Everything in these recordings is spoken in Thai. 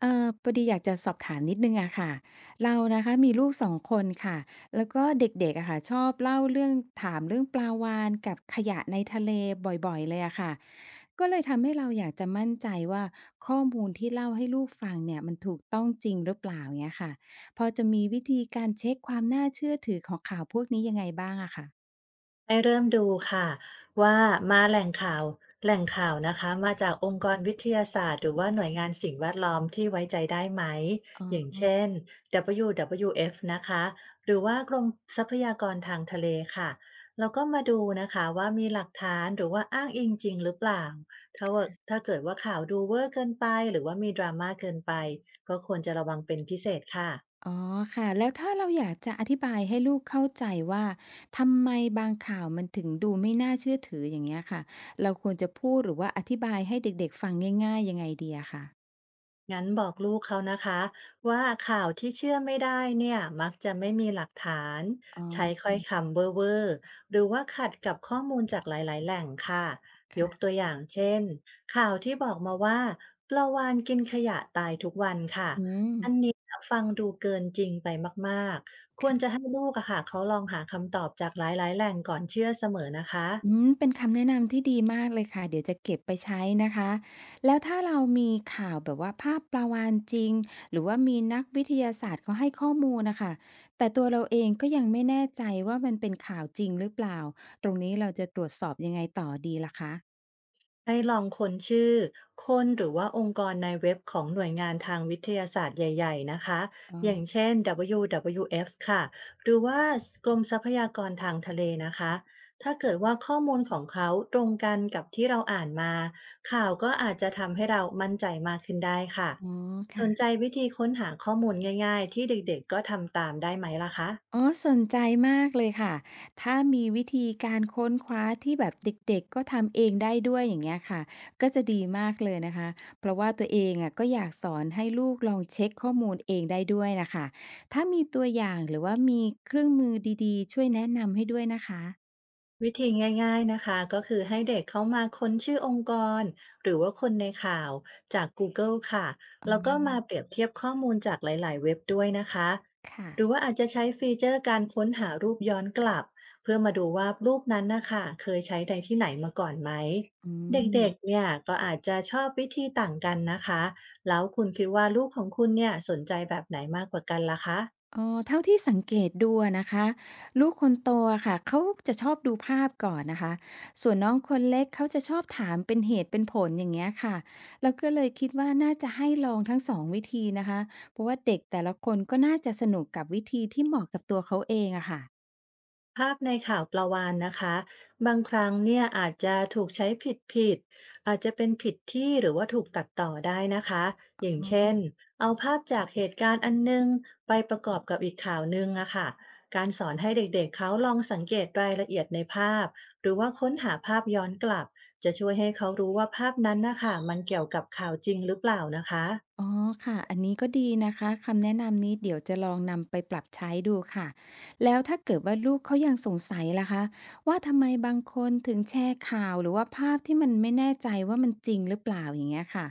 พอดีอยากจะสอบถามนิดนึงอะค่ะเรานะคะมีลูกสองคนค่ะแล้วก็เด็กๆอะค่ะชอบเล่าเรื่องถามเรื่องปลาวาฬกับขยะในทะเลบ่อยๆเลยอะค่ะก็เลยทำให้เราอยากจะมั่นใจว่าข้อมูลที่เล่าให้ลูกฟังเนี่ยมันถูกต้องจริงหรือเปล่าเงี้ยค่ะพอจะมีวิธีการเช็คความน่าเชื่อถือของข่าวพวกนี้ยังไงบ้างอะคะ ให้เริ่มดูค่ะว่ามาแหล่งข่าวนะคะมาจากองค์กรวิทยาศาสตร์หรือว่าหน่วยงานสิ่งแวดล้อมที่ไว้ใจได้ไหมอย่างเช่น WWF นะคะหรือว่ากรมทรัพยากรทางทะเลค่ะแล้วก็มาดูนะคะว่ามีหลักฐานหรือว่าอ้างอิงจริงหรือเปล่าถ้าเกิดว่าข่าวดูเวอร์เกินไปหรือว่ามีดราม่าเกินไปก็ควรจะระวังเป็นพิเศษค่ะ อ๋อค่ะแล้วถ้าเราอยากจะอธิบายให้ลูกเข้าใจว่าทำไมบางข่าวมันถึงดูไม่น่าเชื่อถืออย่างเงี้ยค่ะเราควรจะพูดหรือว่าอธิบายให้เด็กๆฟังง่ายๆยังไงดีอะค่ะงั้นบอกลูกเขานะคะว่าข่าวที่เชื่อไม่ได้เนี่ยมักจะไม่มีหลักฐานอ๋ใช้ค่ออยคำเว่อร์ๆหรือว่าขัดกับข้อมูลจากหลายๆแหล่งค่ะยกตัค่ะวอย่างเช่นข่าวที่บอกมาว่าปลาวาฬกินขยะตายทุกวันค่ะอืม อันนี้ฟังดูเกินจริงไปมากๆควรจะให้ลูกอะค่ะเขาลองหาคำตอบจากหลายๆแหล่งก่อนเชื่อเสมอนะอืคะ มเป็นคำแนะนำที่ดีมากเลยค่ะเดี๋ยวจะเก็บไปใช้นะคะแล้วถ้าเรามีข่าวแบบว่าภาพปลาวาฬจริงหรือว่ามีนักวิทยาศาสตร์เขาให้ข้อมูลน่ะค่ะแต่ตัวเราเองก็ยังไม่แน่ใจว่ามันเป็นข่าวจริงหรือเปล่าตรงนี้เราจะตรวจสอบยังไงต่อดีล่ะคะให้ลองค้นชื่อคนหรือว่าองค์กรในเว็บของหน่วยงานทางวิทยาศาสตร์ใหญ่ๆนะคะอ๋อย่างอเช่น WWF ค่ะหรือว่ากรมทรัพยากรทางทะเลนะคะถ้าเกิดว่าข้อมูลของเขาตรงกันกับที่เราอ่านมาข่าวก็อาจจะทำให้เรามั่นใจมากขึ้นได้ค่ะอ๋อสค่ะ นใจวิธีค้นหาข้อมูลง่ายๆที่เด็กๆก็ทำตามได้ไหมล่ะคะ อ๋อสนใจมากเลยค่ะ ถ้ามีวิธีการค้นคว้าที่แบบเด็กๆก็ทำเองได้ด้วยอย่างเงี้ยค่ะก็จะดีมากเลยนะคะเพราะว่าตัวเองอะก็อยากสอนให้ลูกลองเช็คข้อมูลเองได้ด้วยนะคะถ้ามีตัวอย่างหรือว่ามีเครื่องมือดีๆช่วยแนะนำให้ด้วยนะคะวิธีง่ายๆนะคะก็คือให้เด็กเขามาค้นชื่อองค์กรหรือว่าคนในข่าวจาก Google ค่ะอ๋แล้วก็มาเปอรียบเทียบข้อมูลจากหลายๆเว็บด้วยนะคะค่ะหรือว่าอาจจะใช้ฟีเจอร์การค้นหารูปย้อนกลับเพื่อมาดูว่ารูปนั้นนะคะเคยใช้ในที่ไหนมาก่อนไหมอืเด็กๆม เนี่ยก็อาจจะชอบวิธีต่างกันนะคะแล้วคุณคิดว่าลูกของคุณเนี่ยสนใจแบบไหนมากกว่ากันล่ะคะ อ๋อเท่าที่สังเกตดูอะนะคะลูกคนโตอะค่ะเขาจะชอบดูภาพก่อนนะคะส่วนน้องคนเล็กเขาจะชอบถามเป็นเหตุเป็นผลอย่างเงี้ยค่ะเราก็เลยคิดว่าน่าจะให้ลองทั้งสองวิธีนะคะเพราะว่าเด็กแต่ละคนก็น่าจะสนุกกับวิธีที่เหมาะกับตัวเขาเองอะค่ะ ภาพในข่าวประวานนะคะบางครั้งเนี่ยอาจจะถูกใช้ผิดอาจจะเป็นผิดที่หรือว่าถูกตัดต่อได้นะคะอย่างเช่นเอาภาพจากเหตุการณ์อันนึงไปประกอบกับอีกข่าวนึงอะค่ะการสอนให้เด็กๆเขาลองสังเกตรายละเอียดในภาพหรือว่าค้นหาภาพย้อนกลับจะช่วยให้เขารู้ว่าภาพนั้นนะคะมันเกี่ยวกับข่าวจริงหรือเปล่านะคะ อ๋อค่ะอันนี้ก็ดีนะคะคำแนะนำนี้เดี๋ยวจะลองนำไปปรับใช้ดูค่ะแล้วถ้าเกิดว่าลูกเขายังสงสัยล่ะคะว่าทำไมบางคนถึงแชร์ข่าวหรือว่าภาพที่มันไม่แน่ใจว่ามันจริงหรือเปล่าอย่างเงี้ยค่ะ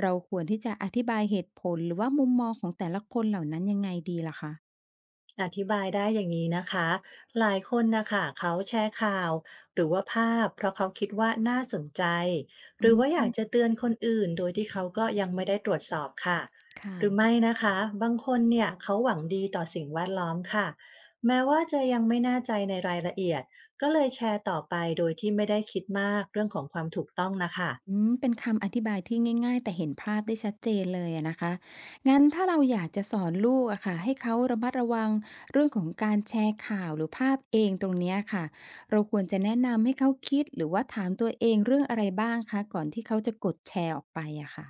เราควรที่จะอธิบายเหตุผลหรือว่ามุมมองของแต่ละคนเหล่านั้นยังไงดีล่ะคะอธิบายได้อย่างนี้นะคะ หลายคนนะคะเขาแชร์ข่าวหรือว่าภาพเพราะเขาคิดว่าน่าสนใจหอืรือว่าอยากจะมเตือนคนอื่นโดยที่เขาก็ยังไม่ได้ตรวจสอบค่ะหรือค่ะ ไม่นะคะบางคนเนี่ยเขาหวังดีต่อสิ่งแวดล้อมค่ะแม้ว่าจะยังไม่แน่ใจในรายละเอียดก็เลยแชร์ต่อไปโดยที่ไม่ได้คิดมากเรื่องของความถูกต้องนะคะ อืมเป็นคำอธิบายที่ง่ายๆแต่เห็นภาพได้ชัดเจนเลยอะนะคะงั้นถ้าเราอยากจะสอนลูกอะค่ะให้เขาระมัดระวังเรื่องของการแชร์ข่าวหรือภาพเองตรงเนี้ยค่ะเราควรจะแนะนำให้เขาคิดหรือว่าถามตัวเองเรื่องอะไรบ้างคะก่อนที่เขาจะกดแชร์ออกไปอะค่ะ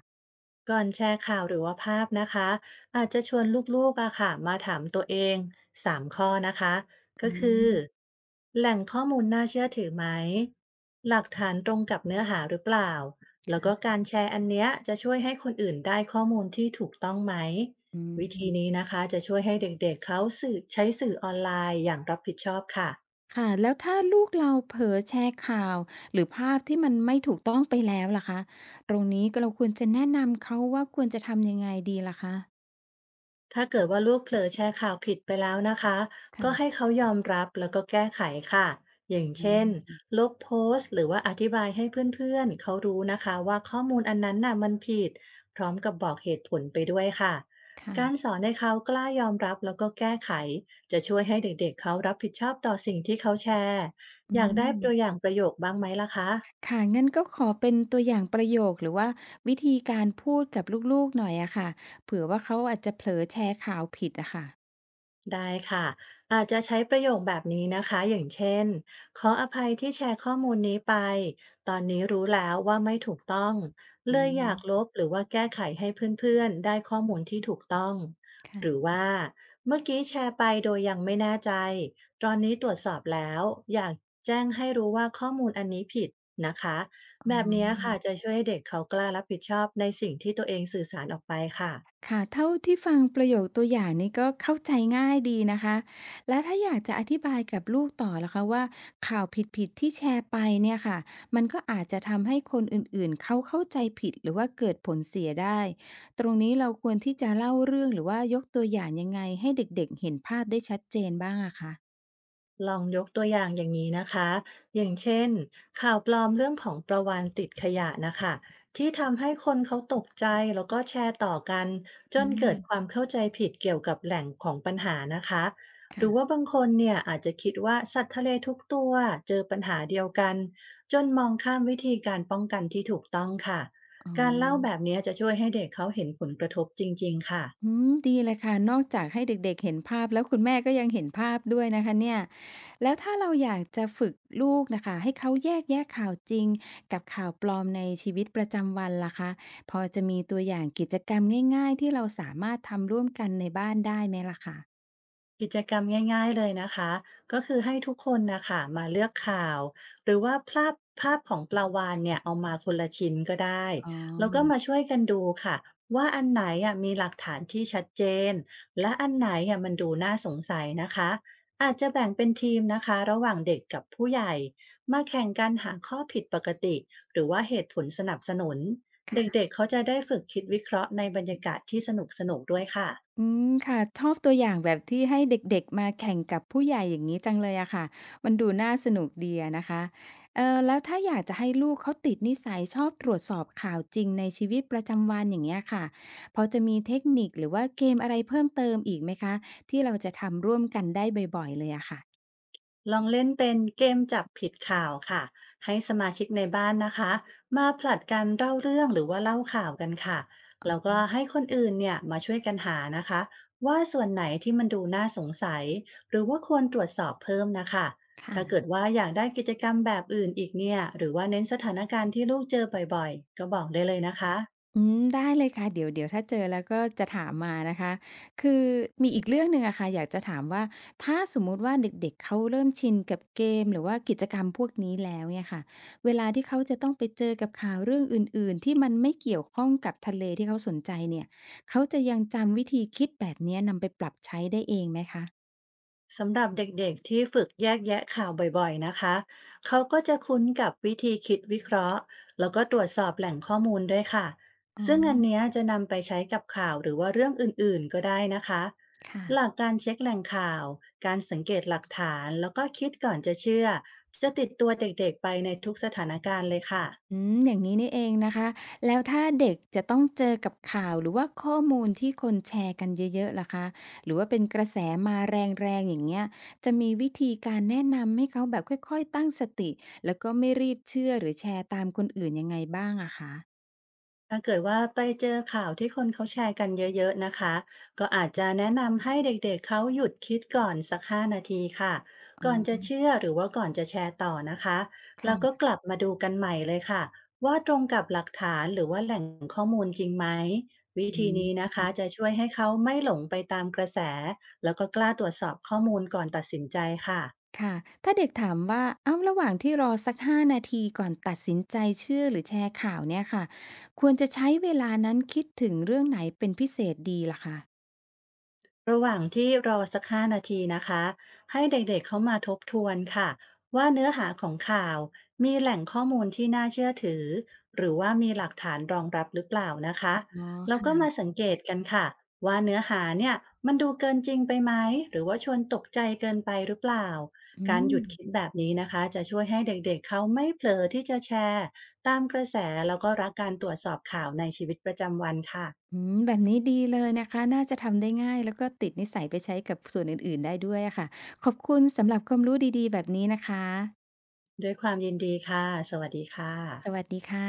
ก่อนแชร์ข่าวหรือว่าภาพนะคะอาจจะชวนลูกๆอะค่ะมาถามตัวเอง3ข้อนะคะก็อืคือมแหล่งข้อมูลน่าเชื่อถือไหมหลักฐานตรงกับเนื้อหาหรือเปล่าแล้วก็การแชร์อันเนี้ยจะช่วยให้คนอื่นได้ข้อมูลที่ถูกต้องไหมอืวิธีมนี้นะคะจะช่วยให้เด็กๆเขาใช้สื่อออนไลน์อย่างรับผิดชอบค่ะ ค่ะแล้วถ้าลูกเราเผลอแชร์ข่าวหรือภาพที่มันไม่ถูกต้องไปแล้วล่ะคะตรงนี้ก็เราควรจะแนะนำเขาว่าควรจะทำยังไงดีล่ะคะถ้าเกิดว่าลูกเผลอแชร์ข่าวผิดไปแล้วนะคะก็ให้ค่ะเขายอมรับแล้วก็แก้ไขค่ะอย่างอืเช่นมลบโพสต์หรือว่าอธิบายให้เพื่อนๆเขารู้นะคะว่าข้อมูลอันนั้นน่ะมันผิดพร้อมกับบอกเหตุผลไปด้วยค่ะการค่ะ สอนให้เขากล้ายอมรับแล้วก็แก้ไข จะช่วยให้เด็กๆเขารับผิดชอบต่อสิ่งที่เขาแชร์อือยากได้มตัวอย่างประโยคบ้างไหมล่ะคะ ค่ะงั้นก็ขอเป็นตัวอย่างประโยคหรือว่าวิธีการพูดกับลูกๆหน่อยอะค่ะเผื่อว่าเขาอาจจะเผลอแชร์ข่าวผิดอะค่ะได้ค่ะอาจจะใช้ประโยคแบบนี้นะคะอย่างเช่นขออภัยที่แชร์ข้อมูลนี้ไปตอนนี้รู้แล้วว่าไม่ถูกต้องอืเลยอมยากลบหรือว่าแก้ไขให้เพื่อนๆได้ข้อมูลที่ถูกต้องหรือค่ะ ว่าเมื่อกี้แชร์ไปโดยยังไม่แน่ใจตอนนี้ตรวจสอบแล้วอยากแจ้งให้รู้ว่าข้อมูลอันนี้ผิดนะคะแบบนี้ค่ะจะช่วยให้เด็กเขากล้ารับผิดชอบในสิ่งที่ตัวเองสื่อสารออกไปค่ะ ค่ะเท่าที่ฟังประโยคตัวอย่างนี้ก็เข้าใจง่ายดีนะคะแล้วถ้าอยากจะอธิบายกับลูกต่อล่ะคะว่าข่าวผิดๆที่แชร์ไปเนี่ยค่ะมันก็อาจจะทำให้คนอื่นๆเขาเข้าใจผิดหรือว่าเกิดผลเสียได้ตรงนี้เราควรที่จะเล่าเรื่องหรือว่ายกตัวอย่างยังไงให้เด็กๆเห็นภาพได้ชัดเจนบ้างอะคะลองยกตัวอย่างอย่างนี้นะคะอย่างเช่นข่าวปลอมเรื่องของประวานติดขยะนะคะที่ทำให้คนเขาตกใจแล้วก็แชร์ต่อกันจอืนเกิมดความเข้าใจผิดเกี่ยวกับแหล่งของปัญหานะคะหรือว่าค่ะบางคนเนี่ยอาจจะคิดว่าสัตว์ทะเลทุกตัวเจอปัญหาเดียวกันจนมองข้ามวิธีการป้องกันที่ถูกต้องค่ะอ๋การเล่าแบอ บนี้จะช่วยให้เด็กเขาเห็นผลกระทบจริงๆค่ะ อืมดีเลยค่ะนอกจากให้เด็กๆเห็นภาพแล้วคุณแม่ก็ยังเห็นภาพด้วยนะคะเนี่ยแล้วถ้าเราอยากจะฝึกลูกน่ะค่ะให้เขาแยกแยะข่าวจริงกับข่าวปลอมในชีวิตประจำวันล่ะคะพอจะมีตัวอย่างกิจกรรมง่ายๆที่เราสามารถทำร่วมกันในบ้านได้ไหมล่ะคะกิจกรรมง่ายๆเลยนะคะก็คือให้ทุกคนนะคะมาเลือกข่าวหรือว่าภาพของปลาวาฬเนี่ยเอามาคนละชิ้นก็ได้อ๋แล้วก็มาอช่วยกันดูค่ะว่าอันไหนอ่ะมีหลักฐานที่ชัดเจนและอันไหนอ่ะมันดูน่าสงสัยนะคะอาจจะแบ่งเป็นทีมนะคะระหว่างเด็กกับผู้ใหญ่มาแข่งกันหาข้อผิดปกติหรือว่าเหตุผลสนับสนุนเดค่ะ ็กๆเขาจะได้ฝึกคิดวิเคราะห์ในบรรยากาศที่สนุกๆด้วยค่ะ อืมค่ะชอบตัวอย่างแบบที่ให้เด็กๆมาแข่งกับผู้ใหญ่อย่างนี้จังเลยอะค่ะมันดูน่าสนุกดีอะนะคะแล้วถ้าอยากจะให้ลูกเขาติดนิสัยชอบตรวจสอบข่าวจริงในชีวิตประจำวันอย่างเงี้ยค่ะพอจะมีเทคนิคหรือว่าเกมอะไรเพิ่มเติมอีกไหมคะที่เราจะทำร่วมกันได้บ่อยๆเลยอะค่ะลองเล่นเป็นเกมจับผิดข่าวค่ะให้สมาชิกในบ้านนะคะมาผลัดกันเล่าเรื่องหรือว่าเล่าข่าวกันค่ะอ๋แล้วอก็ให้คนอื่นเนี่ยมาช่วยกันหานะคะว่าส่วนไหนที่มันดูน่าสงสัยหรือว่าควรตรวจสอบเพิ่มนะคะถ้าเกิดค่ะ ว่าอยากได้กิจกรรมแบบอื่นอีกเนี่ยหรือว่าเน้นสถานการณ์ที่ลูกเจอบ่อยๆก็บอกได้เลยนะคะ อืมได้เลยค่ะเดี๋ยวถ้าเจอแล้วก็จะถามมานะคะคือมีอีกเรื่องหนึ่งอะค่ะอยากจะถามว่าถ้าสมมุติว่าเด็กๆเขาเริ่มชินกับเกมหรือว่ากิจกรรมพวกนี้แล้วเนี่ยค่ะเวลาที่เขาจะต้องไปเจอกับข่าวเรื่องอื่นๆที่มันไม่เกี่ยวข้องกับทะเลที่เขาสนใจเนี่ยเขาจะยังจำวิธีคิดแบบเนี้ยนำไปปรับใช้ได้เองไหมคะสำหรับเด็กๆที่ฝึกแยกแยะข่าวบ่อยๆนะคะเขาก็จะคุ้นกับวิธีคิดวิเคราะห์แล้วก็ตรวจสอบแหล่งข้อมูลด้วยค่ะอ๋ซึ่งอันเนี้อยจะนำไปใช้กับข่าวหรือว่าเรื่องอื่นๆก็ได้นะคะค่ะ หลักการเช็คแหล่งข่าวการสังเกตหลักฐานแล้วก็คิดก่อนจะเชื่อจะติดตัวเด็กๆไปในทุกสถานการณ์เลยค่ะ อืมอย่างนี้นี่เองนะคะแล้วถ้าเด็กจะต้องเจอกับข่าวหรือว่าข้อมูลที่คนแชร์กันเยอะๆล่ะคะหรือว่าเป็นกระแสมาแรงๆอย่างเงี้ยจะมีวิธีการแนะนำให้เขาแบบค่อยๆตั้งสติแล้วก็ไม่รีบเชื่อหรือแชร์ตามคนอื่นยังไงบ้างอะคะถ้าเกิดว่าไปเจอข่าวที่คนเขาแชร์กันเยอะๆนะคะก็อาจจะแนะนำให้เด็กๆเขาหยุดคิดก่อนสักห้านาทีค่ะอ๋อก่อนจะเชื่อหรือว่าก่อนจะแชร์ต่อนะคะแล้วก็ค่ะกลับมาดูกันใหม่เลยค่ะว่าตรงกับหลักฐานหรือว่าแหล่งข้อมูลจริงไหมวิอธีนี้ืมนะคะจะช่วยให้เขาไม่หลงไปตามกระแสแล้วก็กล้าตรวจสอบข้อมูลก่อนตัดสินใจค่ะ ค่ะถ้าเด็กถามว่าเอ้าระหว่างที่รอสัก5นาทีก่อนตัดสินใจเชื่อหรือแชร์ข่าวเนี่ยค่ะควรจะใช้เวลานั้นคิดถึงเรื่องไหนเป็นพิเศษดีล่ะคะระหว่างที่รอสัก5 นาทีนะคะให้เด็กๆเขามาทบทวนค่ะว่าเนื้อหาของข่าวมีแหล่งข้อมูลที่น่าเชื่อถือหรือว่ามีหลักฐานรองรับหรือเปล่านะคะอ๋อแล้วก็ค่ะ มาสังเกตกันค่ะว่าเนื้อหาเนี่ยมันดูเกินจริงไปไหมหรือว่าชวนตกใจเกินไปหรือเปล่าอืการมหยุดคิดแบบนี้นะคะจะช่วยให้เด็กๆเขาไม่เผลอที่จะแชร์ตามกระแสแล้วก็รักการตรวจสอบข่าวในชีวิตประจำวันค่ะอืมแบบนี้ดีเลยนะคะน่าจะทำได้ง่ายแล้วก็ติดนิสัยไปใช้กับส่วนอื่นๆได้ด้วยอะค่ะขอบคุณสำหรับความรู้ดีๆแบบนี้นะคะด้วยความยินดีค่ะสวัสดีค่ะสวัสดีค่ะ